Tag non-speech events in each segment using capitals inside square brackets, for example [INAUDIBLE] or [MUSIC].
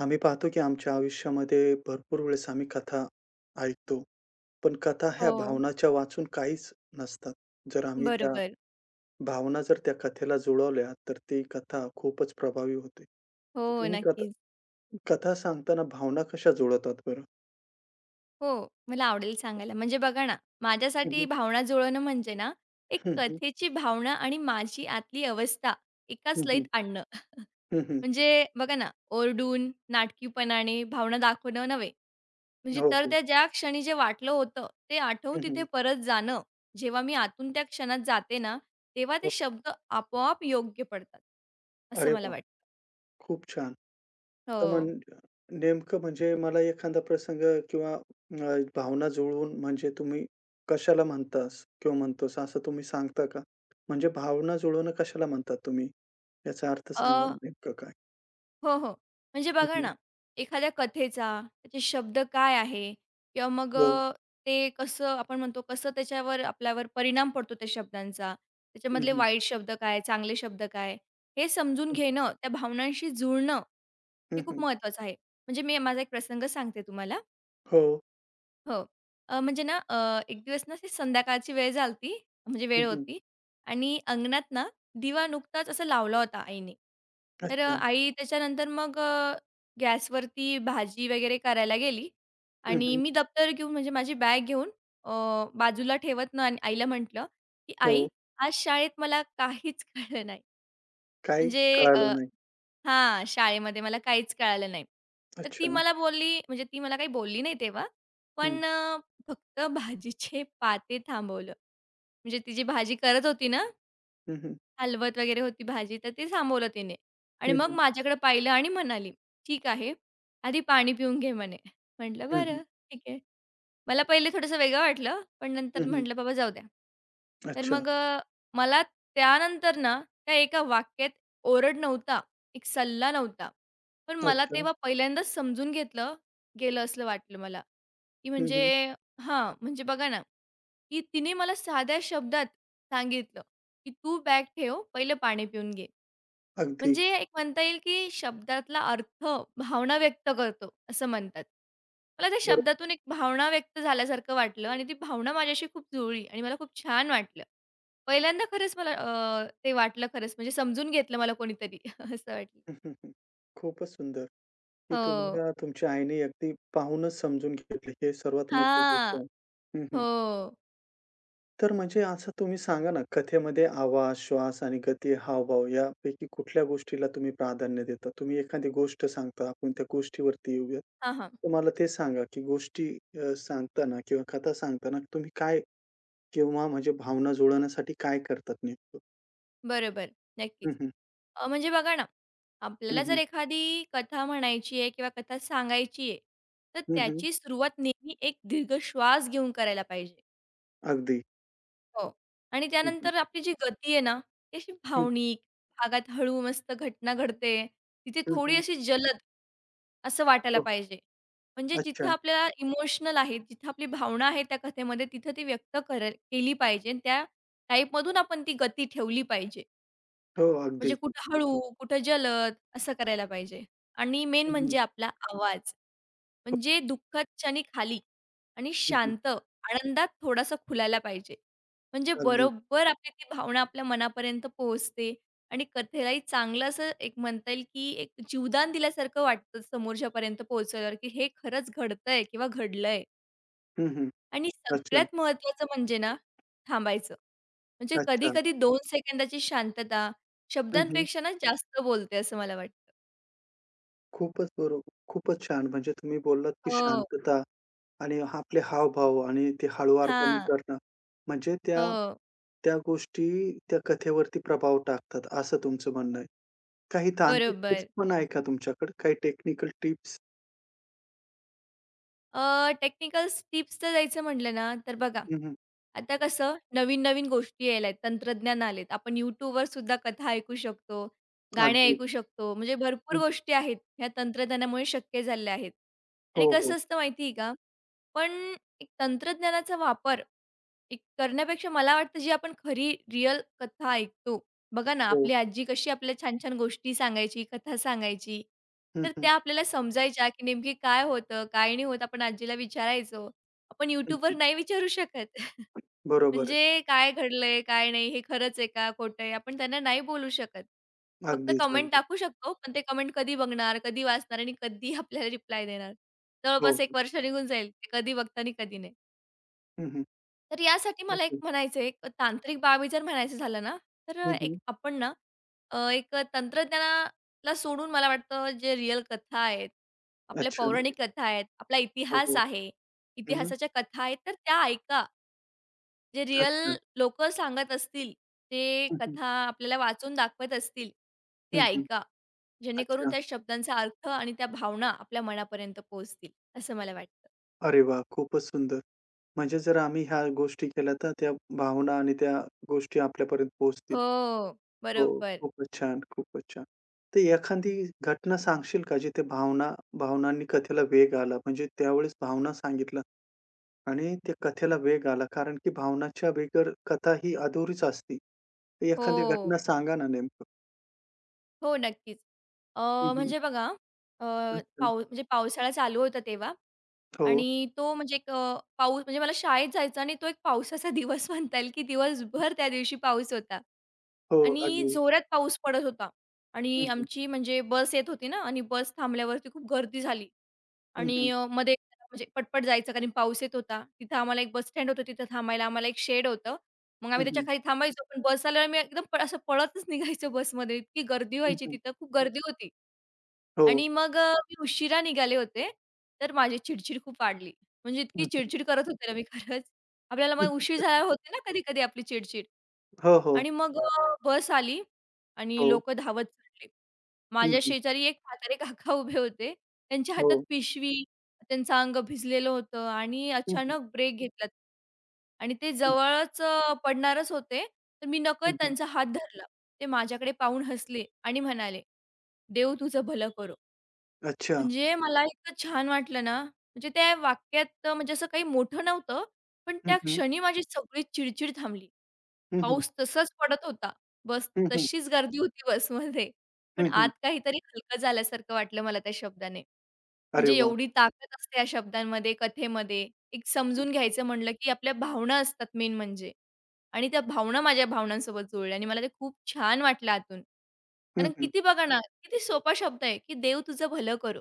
आम्ही पाहतो की आमच्या आयुष्यामध्ये भरपूर वेळेस आम्ही कथा ऐकतो. पण कथा ह्या हो, भावनाच्या वाचून काहीच नसतात. जर आम्ही त्या बरोबर. भावना जर त्या कथेला जुळवल्या, तर ती कथा खूपच प्रभावी होते. हो, तुम्ही कथा नक्कीच. कथा सांगताना भावना कशा जुळवतात बरं? हो, मला आवडेल सांगायला. म्हणजे बघा ना, हं, माझ्यासाठी हं. भावना जुळवणं म्हणजे ना, एक हं, हं. कथेची भावना आणि माझी आतली अवस्था एकाच हं, लयीत हं. आणणं. [LAUGHS] हं, हं. म्हणजे बघा ना, ओरडून, नाटकीपणाने भावना दाखवणं नव्हे. म्हणजे हो, तर हो. त्या ज्या क्षणी जे वाटलं होतं, ते आठवून हं, तिथे हं. परत जाणं. जेव्हा मी आतून त्या क्षणात जाते ना, तेव्हा ते हो. शब्द आपोआप योग्य पडतात, असं अरे मला वाह! वाटतं. खूप छान. तर हो. मग नेमकं म्हणजे मला एखादा प्रसंग किंवा भावना जुळवून म्हणजे तुम्ही कशाला म्हणतास किंवा म्हणतोस असं तुम्ही सांगता का? म्हणजे भावना जुळवणं कशाला म्हणतात तुम्ही? याचा अर्थ सांगा नेमकं काय? हो, हो. म्हणजे हं, बघा हं. ना, एखाद्या कथेचा, त्याचे शब्द काय आहे किंवा मग हो. ते कसं आपण म्हणतो कसं त्याच्यावर आपल्यावर परिणाम पडतो त्या शब्दांचा. हं, त्याच्यामधले हं. वाईट शब्द काय, चांगले शब्द काय, हे समजून हं, हं. घेणं, त्या भावनांशी जुळणं हं, हे खूप हं. महत्त्वाचं आहे. म्हणजे मी माझा एक प्रसंग सांगते तुम्हाला. हो. हो. अ, म्हणजे ना अ, एक दिवस ना अशी संध्याकाळची वेळ झालती, म्हणजे हं, वेळ हं. होती आणि अंगणात ना दिवा नुकताच असा लावला होता आईने. तर अच्छा. आई त्याच्यानंतर मग गॅसवरती भाजी वगैरे करायला गेली हं, आणि हं. मी दप्तर घेऊन म्हणजे माझी बॅग घेऊन अ, बाजूला ठेवत ना आणि आईला म्हटलं, की "आई, हो. आज शाळेत मला काहीच कळलं नाही." काही म्हणजे कळालं नाही. हां, शाळेमध्ये मला काहीच कळालं नाही. तर ती अच्छा. मला बोलली म्हणजे ती मला काही बोलली नाही तेव्हा. हं. पण फक्त भाजीचे पाते थांबवलं. म्हणजे ती जी भाजी करत होती ना, हं, हं. हलवत वगैरे होती भाजी, तर ते थांबवलं तिने आणि हं, मग हं. माझ्याकडे पाहिलं आणि म्हणाली, "ठीक आहे, आधी पाणी पिऊन घे" म्हणे. म्हटलं, हं, हं. "बरं, ठीक आहे." मला पहिले थोडंसं वेगळं वाटलं, पण नंतर हं, हं. म्हटलं, "बाबा जाऊ द्या." तर अच्छा. मग मला त्यानंतर ना, त्या एका वाक्यात ओरड नव्हता, एक सल्ला नव्हता. पण मला अच्छा. तेव्हा पहिल्यांदाच समजून घेतलं गेलं असं वाटलं मला, की हं, म्हणजे हं. हां, म्हणजे बघा ना, की तिने मला साध्या शब्दात सांगितलं, की "तू बॅग ठेव, पहिलं पाणी पिऊन घे." अगदी म्हणजे एक म्हणता येईल, की शब्दातला अर्थ भावना व्यक्त करतो, असं म्हणतात. मला त्या बरोबर. शब्दातून एक भावना व्यक्त झाल्यासारखं वाटलं आणि ती भावना माझ्याशी खूप जुळली आणि मला खूप छान वाटलं. पहिल्यांदा खरंच मला ते वाटलं खरंच म्हणजे समजून घेतलं मला कोणीतरी [LAUGHS] असं वाटलं. हं, हं, हं. खूपच सुंदर. की हो. तुम्हाला तुमच्या आईने अगदी पाहूनच समजून घेतलं. हे सर्वात मोठी गोष्ट हां. आहे. हं, हं. हो. तर म्हणजे असं तुम्ही सांगा ना, कथेमध्ये आवाज, श्वास आणि गती, हावभाव यापैकी कुठल्या गोष्टीला तुम्ही प्राधान्य देता? तुम्ही एखादी गोष्ट सांगता, आपण त्या गोष्टीवरती येऊयात. हां, हां. तर मला ते सांगा, की गोष्टी सांगताना किंवा कथा सांगताना तुम्ही काय किंवा म्हणजे भावना जुळवण्यासाठी काय करतात नेमकं? बरोबर. नक्कीच. हं, हं. म्हणजे बघा ना, हं, आपल्याला हं. जर एखादी कथा म्हणायची आहे किंवा कथा सांगायची आहे, तर हं, हं. त्याची सुरुवात नेहमी एक दीर्घ श्वास घेऊन करायला पाहिजे. अगदी. हो. आणि हं, हं. त्यानंतर आपली जी गती आहे ना, ती अशी हं, भावनिक, भागात हळू मस्त घटना घडते. तिथे हं, थोडी हं. अशी जलद असं वाटायला हो. पाहिजे. म्हणजे अच्छा. जिथं आपल्याला इमोशनल आहे, जिथं आपली भावना आहे त्या कथेमध्ये, तिथं ती व्यक्त करेल केली पाहिजे. आणि त्या टाईपमधून आपण ती गती ठेवली पाहिजे. हो, अगदी. म्हणजे कुठं हळू, कुठं जलद असं करायला पाहिजे आणि मेन हं, हं. म्हणजे आपला आवाज. म्हणजे दुःखात क्षणी खाली आणि हं, हं. शांत, आनंदात थोडासा खुलायला पाहिजे. म्हणजे अगदी. बरोबर आपली ती भावना आपल्या मनापर्यंत पोहोचते आणि कथेलाही चांगलं असं एक म्हणता येईल, की एक जीवदान दिल्यासारखं वाटतं समोरच्यापर्यंत पोहोचल्यावर, की हे खरंच घडतंय किंवा घडलंय. हं, हं. आणि अच्छा, सगळ्यात महत्त्वाचं म्हणजे ना, थांबायचं. म्हणजे अच्छा. कधी-कधी 2 सेकंदाची शांतता हं, हं. शब्दांपेक्षा ना जास्त बोलते असं मला वाटतं. खूपच बरोबर. खूपच छान. म्हणजे तुम्ही बोललात, की हो. शांतता आणि आपले हावभाव आणि ते हळुवारपणे हां. करणं, म्हणजे त्या हो. त्या गोष्टी त्या कथेवरती प्रभाव टाकतात, असं तुमचं म्हणणं आहे. काही तांत्रिक टिप्स बरोबर. पण आहे का तुमच्याकडे? काही टेक्निकल टिप्स? टेक्निकल्स टिप्सचं द्यायचं म्हटलं ना, तर बघा, हं, हं. आता कसं नवीन-नवीन गोष्टी यायल्यात, तंत्रज्ञान आलेत. आपण YouTubeवर सुद्धा कथा ऐकू शकतो, गाणे अगदी. ऐकू शकतो. म्हणजे भरपूर हं. गोष्टी आहेत, ह्या तंत्रज्ञानामुळे शक्य झालेल्या आहेत. हो, आणि हो. कसं असतं माहिती आहे का? पण एक तंत्रज्ञानाचा वापर एक करण्यापेक्षा मला वाटतं जी आपण खरी रिअल कथा ऐकतो. बघा ना, हो. आपली आजी कशी आपल्याला छान-छान गोष्टी सांगायची, कथा सांगायची. हं, तर हं. त्या आपल्याला समजायच्या, की नेमकी काय होतं, काय नाही होत आपण आजीला विचारायचो. आपण हं, YouTubeवर हं. नाही विचारू शकत. [LAUGHS] बरोबर आहे. म्हणजे काय घडलंय, काय नाही, हे खरंच आहे का, खोटं आहे, आपण त्यांना नाही बोलू शकत. फक्त अगदीच, कमेंट अगदी. टाकू शकतो, पण ते कमेंट कधी बघणार, कधी वाचणार आणि कधी आपल्याला रिप्लाय देणार. हो, जवळपास हो. 1 वर्ष निघून जाईल. ते कधी बघता कधी नाही. हं, हं. तर यासाठी मला एक ओके. म्हणायचं आहे, एक तांत्रिक बाबी जर म्हणायचं झालं ना, तर अ, हं, एक हं. आपण ना अ, एक तंत्रज्ञानाला सोडून मला वाटतं जे रिअल कथा आहेत, आपल्या अच्छा. पौराणिक कथा आहेत, आपला हो, इतिहास हो. आहे, हं, हं. इतिहासाच्या कथा आहेत, तर त्या ऐका. जे रिअल अच्छा. लोकं सांगत असतील, ते हं, हं. कथा आपल्याला वाचून दाखवत असतील, ते हं, हं. ऐका. जेणेकरून अच्छा. त्या शब्दांचा अर्थ आणि त्या भावना आपल्या मनापर्यंत पोहोचतील, असं मला वाटतं. अरे वाह! खूपच सुंदर. म्हणजे जर आम्ही ह्या गोष्टी केल्या तर त्या भावना आणि त्या गोष्टी आपल्यापर्यंत पोहोचतील. हो, हो, बरोबर. खूपच छान, खूपच छान. तर एखादी घटना सांगशील का जिथे भावनांनी कथेला वेग आला? म्हणजे त्यावेळेस भावना सांगितलं आणि त्या कथेला वेग आला. कारण की भावनाच्या बिगर कथा ही अधुरीच असती. तर एखादी घटना हो. सांगा ना नेमकं? हो, नक्कीच. अ, हं, म्हणजे बघा अ, अच्छा. पाऊ म्हणजे पावसाळा चालू होता तेव्हा हो. आणि तो म्हणजे एक पाऊस म्हणजे मला शाळेत जायचा आणि तो एक पावसाचा [LAUGHS] दिवस म्हणता येईल, की दिवसभर त्या दिवशी पाऊस होता हो, आणि अगदी. जोरात पाऊस पडत होता आणि हं, हं. आमची म्हणजे बस येत होती ना आणि बस थांबल्यावरती खूप गर्दी झाली. हं, आणि हं. अ, मध्ये म्हणजे पटपट जायचं कारण पाऊस येत होता. तिथं आम्हाला एक बस स्टँड होतं तिथं थांबायला आम्हाला एक शेड होतं. मग आम्ही त्याच्या हं, खाली थांबायचो. पण बस आल्यावर मी एकदम असं पळतच निघायचो बसमध्ये. इतकी गर्दी व्हायची तिथं खूप गर्दी होती. हो. आणि मग मी उशिरा निघाले होते. तर माझी चिडचिड खूप वाढली. म्हणजे इतकी हं, चिडचिड करत होते ना मी खरंच. आपल्याला मग [LAUGHS] उशीर झाला होते ना कधी-कधी आपली चिडचिड हो, हो. आणि मग बस आली आणि हो. लोकं धावत चढले. हं, माझ्या हं. शेजारी एक म्हातारे काका उभे होते. त्यांच्या हातात हो. पिशवी, त्यांचं अंग भिजलेलं होतं आणि हं, हं. अचानक ब्रेक घेतला. आणि ते हं, जवळच पडणारच होते. तर मी नकळत हं, हं. त्यांचा हात धरला. ते माझ्याकडे पाहून हसले आणि म्हणाले, "देव तुझं भलं करो." अच्छा. म्हणजे मला इतकं छान वाटलं ना, म्हणजे त्या वाक्यात म्हणजे असं काही मोठं नव्हतं, पण हं, त्या हं. क्षणी माझी सगळी चिडचिड थांबली. हं, हं. पाऊस तसाच पडत होता. बस हं, हं. तशीच गर्दी होती बसमध्ये. पण हं, आत हं. काहीतरी हलकं झाल्यासारखं वाटलं मला त्या शब्दाने. अरे म्हणजे वाह! एवढी ताकद असते या शब्दांमध्ये, कथेमध्ये. एक हं, समजून घ्यायचं म्हणलं, की आपल्या भावना असतात मेन म्हणजे. आणि त्या भावना माझ्या भावनांसोबत जुळल्या आणि मला ते खूप छान वाटलं आतून. हं, कारण हं. किती बघा ना, किती सोपा शब्द आहे, की देव तुझं भलं करो.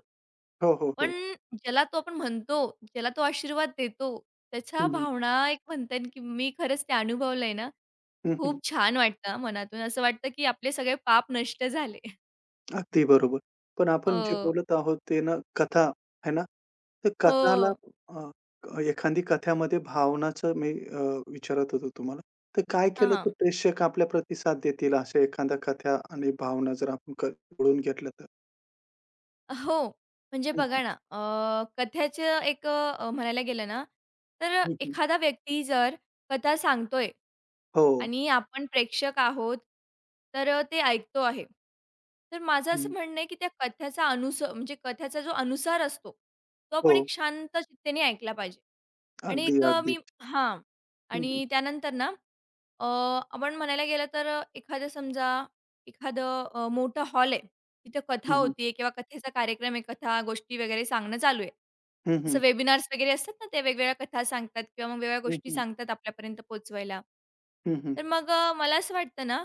हो, हो, पण हो. ज्याला तो आपण म्हणतो, ज्याला तो आशीर्वाद देतो, त्याच्या हं, हं. भावना एक म्हणता येईल, की मी खरंच ते अनुभवलंय ना, तर हं, हं. खूप छान वाटतं हां मनातून. असं वाटतं, की आपले सगळे पाप नष्ट झाले. [LAUGHS] अगदी बरोबर. पण आपण जे हो. बोलत आहोत ते ना कथा, आहे ना? तर कथाला हो. एखादी कथामध्ये भावनाचं मी विचारत होतो तुम्हाला. तर काय हां, केलं तर हां. प्रेक्षक आपल्या प्रतिसाद देतील अशा एखाद्या कथा आणि भावना जर आपण जुळवून घेतल्या तर? हो, म्हणजे हं, हं. बघा ना, कथेचं एक म्हणायला गेलं ना, तर हं, हं. एखादा व्यक्ती जर कथा सांगतोय हो. आणि आपण प्रेक्षक आहोत, तर ते ऐकतो आहे. तर माझं हं. असं म्हणणं आहे, की त्या कथ्याचा अनुस म्हणजे कथेचा जो अनुसार असतो, तो आपण हो. एक शांत चित्तेने ऐकला पाहिजे. आणि अगदी, एक अ, अगदी. मी हां. हं, हं. आणि त्यानंतर ना अ, आपण म्हणायला गेलं तर अ, एखादं समजा एखादं मोठा हॉल आहे. तिथे हं, कथा हं. होतीये किंवा कथेचा कार्यक्रम आहे, कथा, गोष्टी वगैरे सांगणं चालू आहे. हं, हं. जसं वेबिनार्स वगैरे असतात ना, ते वेगवेगळ्या कथा सांगतात किंवा मग वेगवेगळ्या हं, गोष्टी हं. सांगतात आपल्यापर्यंत पोहोचवायला. हं, हं. तर मग मला असं वाटतं ना,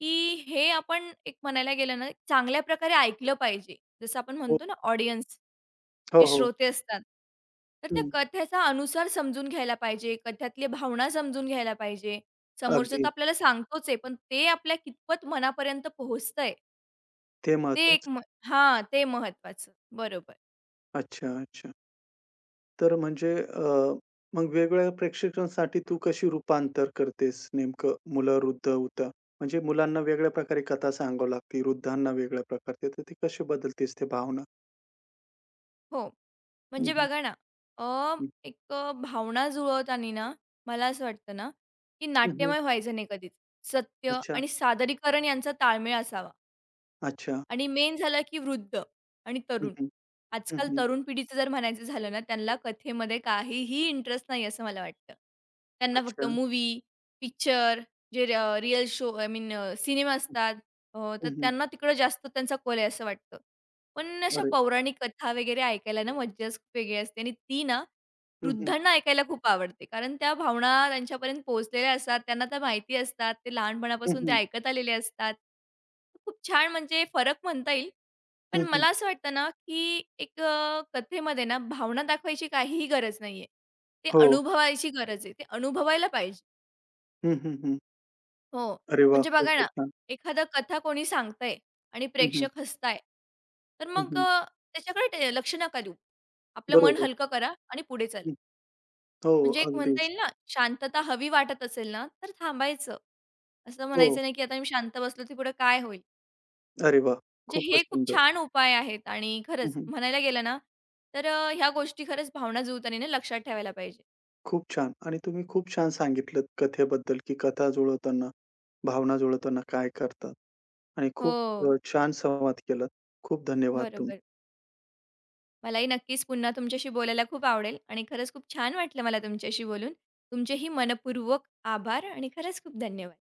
की हे आपण एक म्हणायला गेलं ना, चांगल्या प्रकारे ऐकलं पाहिजे. जसं आपण हो, म्हणतो ना ऑडियन्स, हो, जे हो. श्रोते असतात. तर त्या हं. कथेचा अनुसार समजून घ्यायला पाहिजे, कथ्यातली भावना समजून घ्यायला पाहिजे. समोरचं अगदी तर आपल्याला सांगतोच आहे, पण ते आपल्या कितपत मनापर्यंत पोहोचतंय, ते ते एक महत्वाचं. म हां, ते महत्त्वाचं. बरोबर. अच्छा, अच्छा. तर म्हणजे मग वेगवेगळ्या प्रेक्षकांसाठी तू कशी रूपांतर करतेस नेमकं मुलं, वृद्ध होतं? म्हणजे मुलांना वेगळ्या प्रकारे कथा सांगावी लागते, वृद्धांना वेगळ्या प्रकारचे, तर ते कशी बदलतेस ते भावना? हो, हं, म्हणजे हं, बघा ना, अ, हं. भावना जुळवताना ना, मला असं वाटतं ना, की हं, हं. नाट्यमय व्हायचं नाही कधीच. सत्य अच्छा, आणि सादरीकरण यांचा ताळमेळ असावा. अच्छा. आणि मेन झालं की वृद्ध आणि हं, तरुण. हं. हं, आजकाल हं. तरुण पिढीचं जर म्हणायचं झालं ना, त्यांना कथेमध्ये काहीही इंटरेस्ट नाही असं मला वाटतं. त्यांना फक्त अच्छा. मूव्ही, पिक्चर, जे real show I mean cinema असतात हं, तर हं. त्यांना तिकडं जास्त त्यांचा कल आहे असं वाटतं. पण अशा अरे! पौराणिक कथा वगैरे ऐकायला ना मज्जाच खूप वेगळी असते आणि ती ना हं, हं. वृद्धांना ऐकायला खूप आवडते. कारण त्या भावना त्यांच्यापर्यंत पोहोचलेल्या असतात. त्यांना त्या माहिती असतात. ते हं, लहानपणापासून ते हं. ऐकत आलेले असतात. खूप छान म्हणजे फरक म्हणता येईल. पण हं, हं. मला असं वाटतं ना, की एक कथेमध्ये ना भावना दाखवायची काहीही गरज नाहीये. ते हो. अनुभवायची गरज आहे. ते अनुभवायला पाहिजे. हं, हं, हं. हो, अरे वाह! म्हणजे बघा खूपच ना, छान. एखादं कथा कोणी सांगतंय आणि हं, हं. प्रेक्षक हसताय, तर हं, मग हं. लक्ष नका देऊ. आपलं मन बरोबर. हलकं करा आणि पुढे चला. हो, म्हणजे एक म्हणता अगदीच. येईल ना, शांतता हवी वाटत असेल ना, तर थांबायचं. असं हो. म्हणायचं नाही, की आता मी शांत बसलो, की पुढे काय होईल? अरे वा, म्हणजे खूपच हे खूप सुंदर. छान उपाय आहेत आणि खरंच हं, म्हणायला गेलं ना, तर ह्या गोष्टी खरंच भावना जुळताना लक्षात ठेवायला पाहिजे. खूप छान आणि तुम्ही खूप छान सांगितलंत कथेबद्दल, की कथा जुळवताना, भावना जुळवताना काय करतात आणि खूप हो, छान संवाद केलात. खूप धन्यवाद तुमचे. बरोबर. मलाही नक्कीच पुन्हा तुमच्याशी बोलायला खूप आवडेल आणि खरंच खूप छान वाटलं मला तुमच्याशी बोलून. तुमचेही मनःपूर्वक आभार आणि खरंच खूप धन्यवाद.